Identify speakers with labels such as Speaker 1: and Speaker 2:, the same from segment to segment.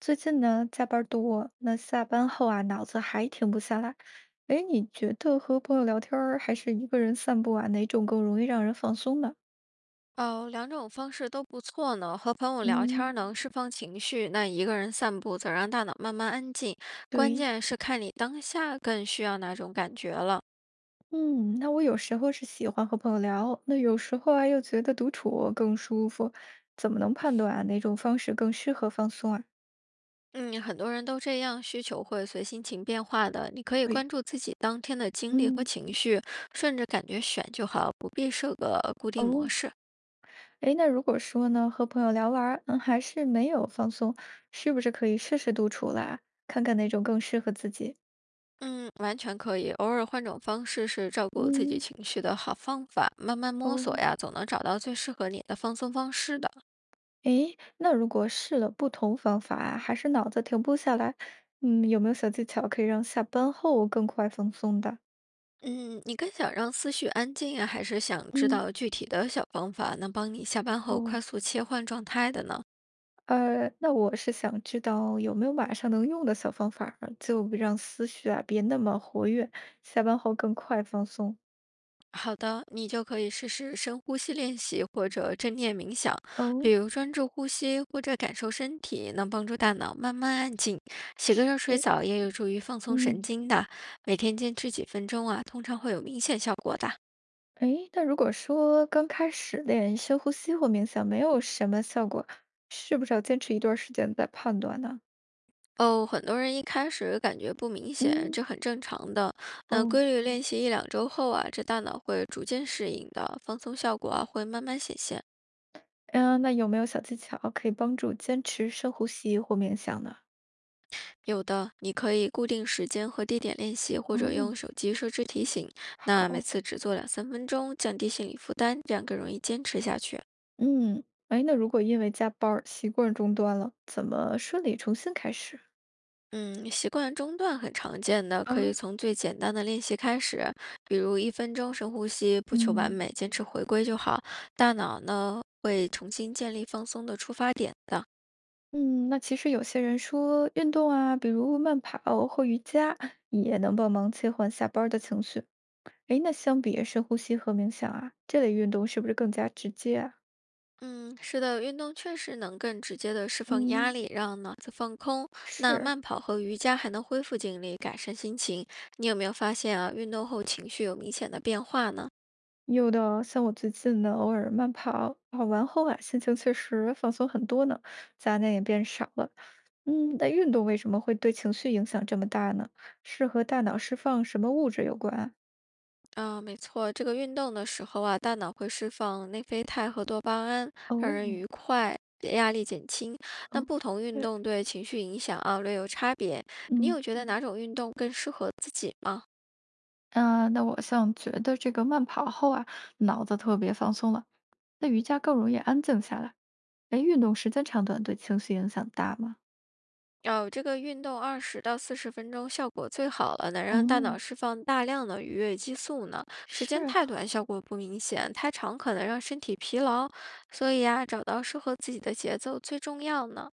Speaker 1: 最近呢，加班儿多，那下班后啊，脑子还停不下来。哎，你觉得和朋友聊天儿还是一个人散步啊，哪种更容易让人放松呢？
Speaker 2: 哦，两种方式都不错呢。和朋友聊天儿
Speaker 1: 嗯，
Speaker 2: 能释放情绪，那一个人散步则让大脑慢慢安静。关
Speaker 1: 对，
Speaker 2: 键是看你当下更需要哪种感觉了。
Speaker 1: 嗯，那我有时候是喜欢和朋友聊，那有时候啊又觉得独处更舒服，怎么能判断啊哪种方式更适合放松啊？
Speaker 2: 嗯，很多人都这样，需求会随心情变化的。你可以
Speaker 1: 对，
Speaker 2: 关注自己当天的经历和
Speaker 1: 嗯，
Speaker 2: 情绪，顺着感觉选就好，不必设个固定模
Speaker 1: 哦，
Speaker 2: 式。
Speaker 1: 哎，那如果说呢，和朋友聊完儿，嗯，还是没有放松，是不是可以试试独处啦，看看哪种更适合自己？
Speaker 2: 嗯，完全可以，偶尔换种方式是照顾自己
Speaker 1: 嗯。
Speaker 2: 情绪的好方法。慢慢摸索
Speaker 1: 哦，
Speaker 2: 呀，总能找到最适合你的放松方式的。
Speaker 1: 诶，那如果试了不同方法啊，还是脑子停不下来，嗯，有没有小技巧可以让下班后更快放松的？
Speaker 2: 嗯，你更想让思绪安静呀还是想知
Speaker 1: 嗯，
Speaker 2: 道具体的小方法，能帮你下班后快
Speaker 1: 哦，
Speaker 2: 速切换状态的呢？
Speaker 1: 那我是想知道有没有马上能用的小方法儿就让思绪啊别那么活跃，下班后更快放松。
Speaker 2: 好的，你就可以试试深呼吸练习或者正念冥想，比
Speaker 1: 哦，
Speaker 2: 如专注呼吸或者感受身体，能帮助大脑慢慢安静。洗个热水
Speaker 1: 也
Speaker 2: 澡也有助于放松神
Speaker 1: 嗯，
Speaker 2: 经的，每天坚持几分钟啊，通常会有明显效果的。
Speaker 1: 诶，那如果说刚开始练深呼吸或冥想没有什么效果，是不是要坚持一段时间再判断呢？
Speaker 2: 哦，很多人一开始感觉不明显，
Speaker 1: 嗯。
Speaker 2: 这很正常的。那
Speaker 1: 哦。
Speaker 2: 规律练习1-2周后啊，这大脑会逐渐适应的，放松效果啊会慢慢显现。
Speaker 1: 嗯，那有没有小技巧可以帮助坚持深呼吸或冥想呢？
Speaker 2: 有的你可以固定时间和地点练习，或者
Speaker 1: 哦，
Speaker 2: 用手机设置提醒，那每
Speaker 1: 好，
Speaker 2: 次只做2-3分钟，降低心理负担，这样更容易坚持下去。
Speaker 1: 嗯，哎，那如果因为加班儿习惯中断了，怎么顺利重新开始？
Speaker 2: 嗯，习惯中断很常见的，
Speaker 1: 啊，
Speaker 2: 可以从最简单的练习开始，比如1分钟深呼吸，不求完
Speaker 1: 嗯，
Speaker 2: 美，坚持回归就好。大脑呢会重新建立放松的出发点的。
Speaker 1: 嗯，那其实有些人说运动啊，比如慢跑或瑜伽，也能帮忙切换下班儿的情绪。哎，那相比深呼吸和冥想啊，这类运动是不是更加直接啊？
Speaker 2: 嗯，是的，运动确实能更直接的释放压
Speaker 1: 嗯。
Speaker 2: 力，让脑子放空。那
Speaker 1: 是，
Speaker 2: 慢跑和瑜伽还能恢复精力，改善心情。你有没有发现啊，运动后情绪有明显的变化呢？
Speaker 1: 有的，像我最近呢，偶尔慢跑，跑完后啊，心情确实放松很多呢，杂念也变少了。嗯，那运动为什么会对情绪影响这么大呢？是和大脑释放什么物质有关啊
Speaker 2: 啊，没错，这个运动的时候啊，大脑会释放内啡肽和多巴胺，让人
Speaker 1: 哦，
Speaker 2: 愉快，压力减轻。那
Speaker 1: 哦，
Speaker 2: 不同运
Speaker 1: 对，
Speaker 2: 动对情绪影响啊，略有差别。你
Speaker 1: 嗯，
Speaker 2: 有觉得哪种运动更适合自己吗？
Speaker 1: 啊，那我像觉得这个慢跑后啊，脑子特别放松了，那瑜伽更容易安静下来。哎，运动时间长短对情绪影响大吗？
Speaker 2: 哦，这个运动20到40分钟效果最好了，能让大
Speaker 1: 哦，
Speaker 2: 脑释放大量的愉悦激素呢。时间
Speaker 1: 是
Speaker 2: 太短效果不明显，太长可能让身体疲劳。所以啊，找到适合自己的节奏最重要呢。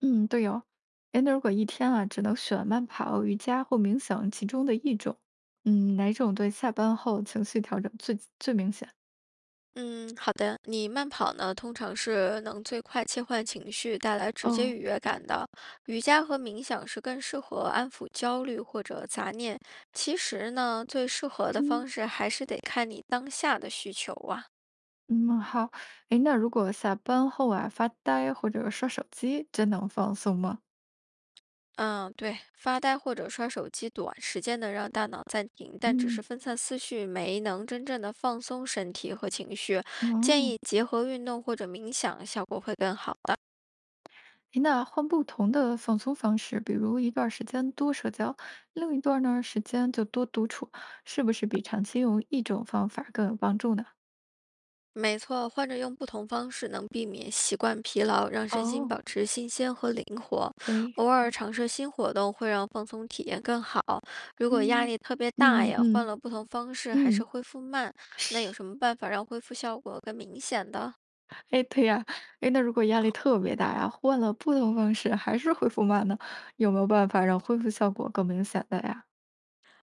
Speaker 1: 嗯，对哦。哎，那如果一天啊，只能选慢跑、瑜伽或冥想其中的一种，嗯，哪种对下班后情绪调整最最明显？
Speaker 2: 嗯，好的。你慢跑呢，通常是能最快切换情绪，带来直接
Speaker 1: 哦，
Speaker 2: 愉悦感的。瑜伽和冥想是更适合安抚焦虑或者杂念。其实呢，最适合的
Speaker 1: 嗯
Speaker 2: 方式还是得看你当下的需求啊。
Speaker 1: 嗯，好。哎，那如果下班后啊发呆或者刷手机，真能放松吗？
Speaker 2: 嗯，对，发呆或者刷手机，短时间能让大脑暂停，但只是
Speaker 1: 嗯，
Speaker 2: 分散思绪，没能真正的放松身体和情绪。建
Speaker 1: 嗯，
Speaker 2: 议结合运动或者冥想，效果会更好。
Speaker 1: 哎，那换不同的放松方式，比如一段时间多社交，另一段呢时间就多独处，是不是比长期用一种方法更有帮助呢？
Speaker 2: 没错，换着用不同方式能避免习惯疲劳，让身心
Speaker 1: 哦，
Speaker 2: 保持新鲜和灵活。
Speaker 1: 对，
Speaker 2: 偶尔尝试新活动会让放松体验更好。如果压
Speaker 1: 嗯，
Speaker 2: 力特别大
Speaker 1: 嗯
Speaker 2: 呀，换
Speaker 1: 嗯
Speaker 2: 了不同方式还是
Speaker 1: 嗯，
Speaker 2: 恢复慢，那有什么办法让恢复效果更明显的？
Speaker 1: 哎，对呀，哎，那如果压力特别大呀，换了不同方式还是恢复慢呢，有没有办法让恢复效果更明显的呀？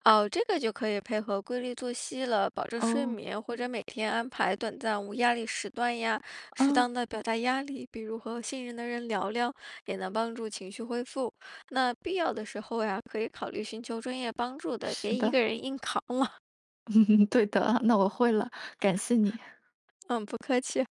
Speaker 2: 哦，这个就可以配合规律作息了，保证睡
Speaker 1: 哦，
Speaker 2: 眠，或者每天安排短暂无压力时段呀，适
Speaker 1: 啊，
Speaker 2: 当的表达压力，比如和信任的人聊聊，也能帮助情绪恢复。那必要的时候呀，可以考虑寻求专业帮助的，别
Speaker 1: 是
Speaker 2: 一
Speaker 1: 的，
Speaker 2: 个人硬扛了。
Speaker 1: 对的，那我会了，感谢你。
Speaker 2: 嗯，不客气。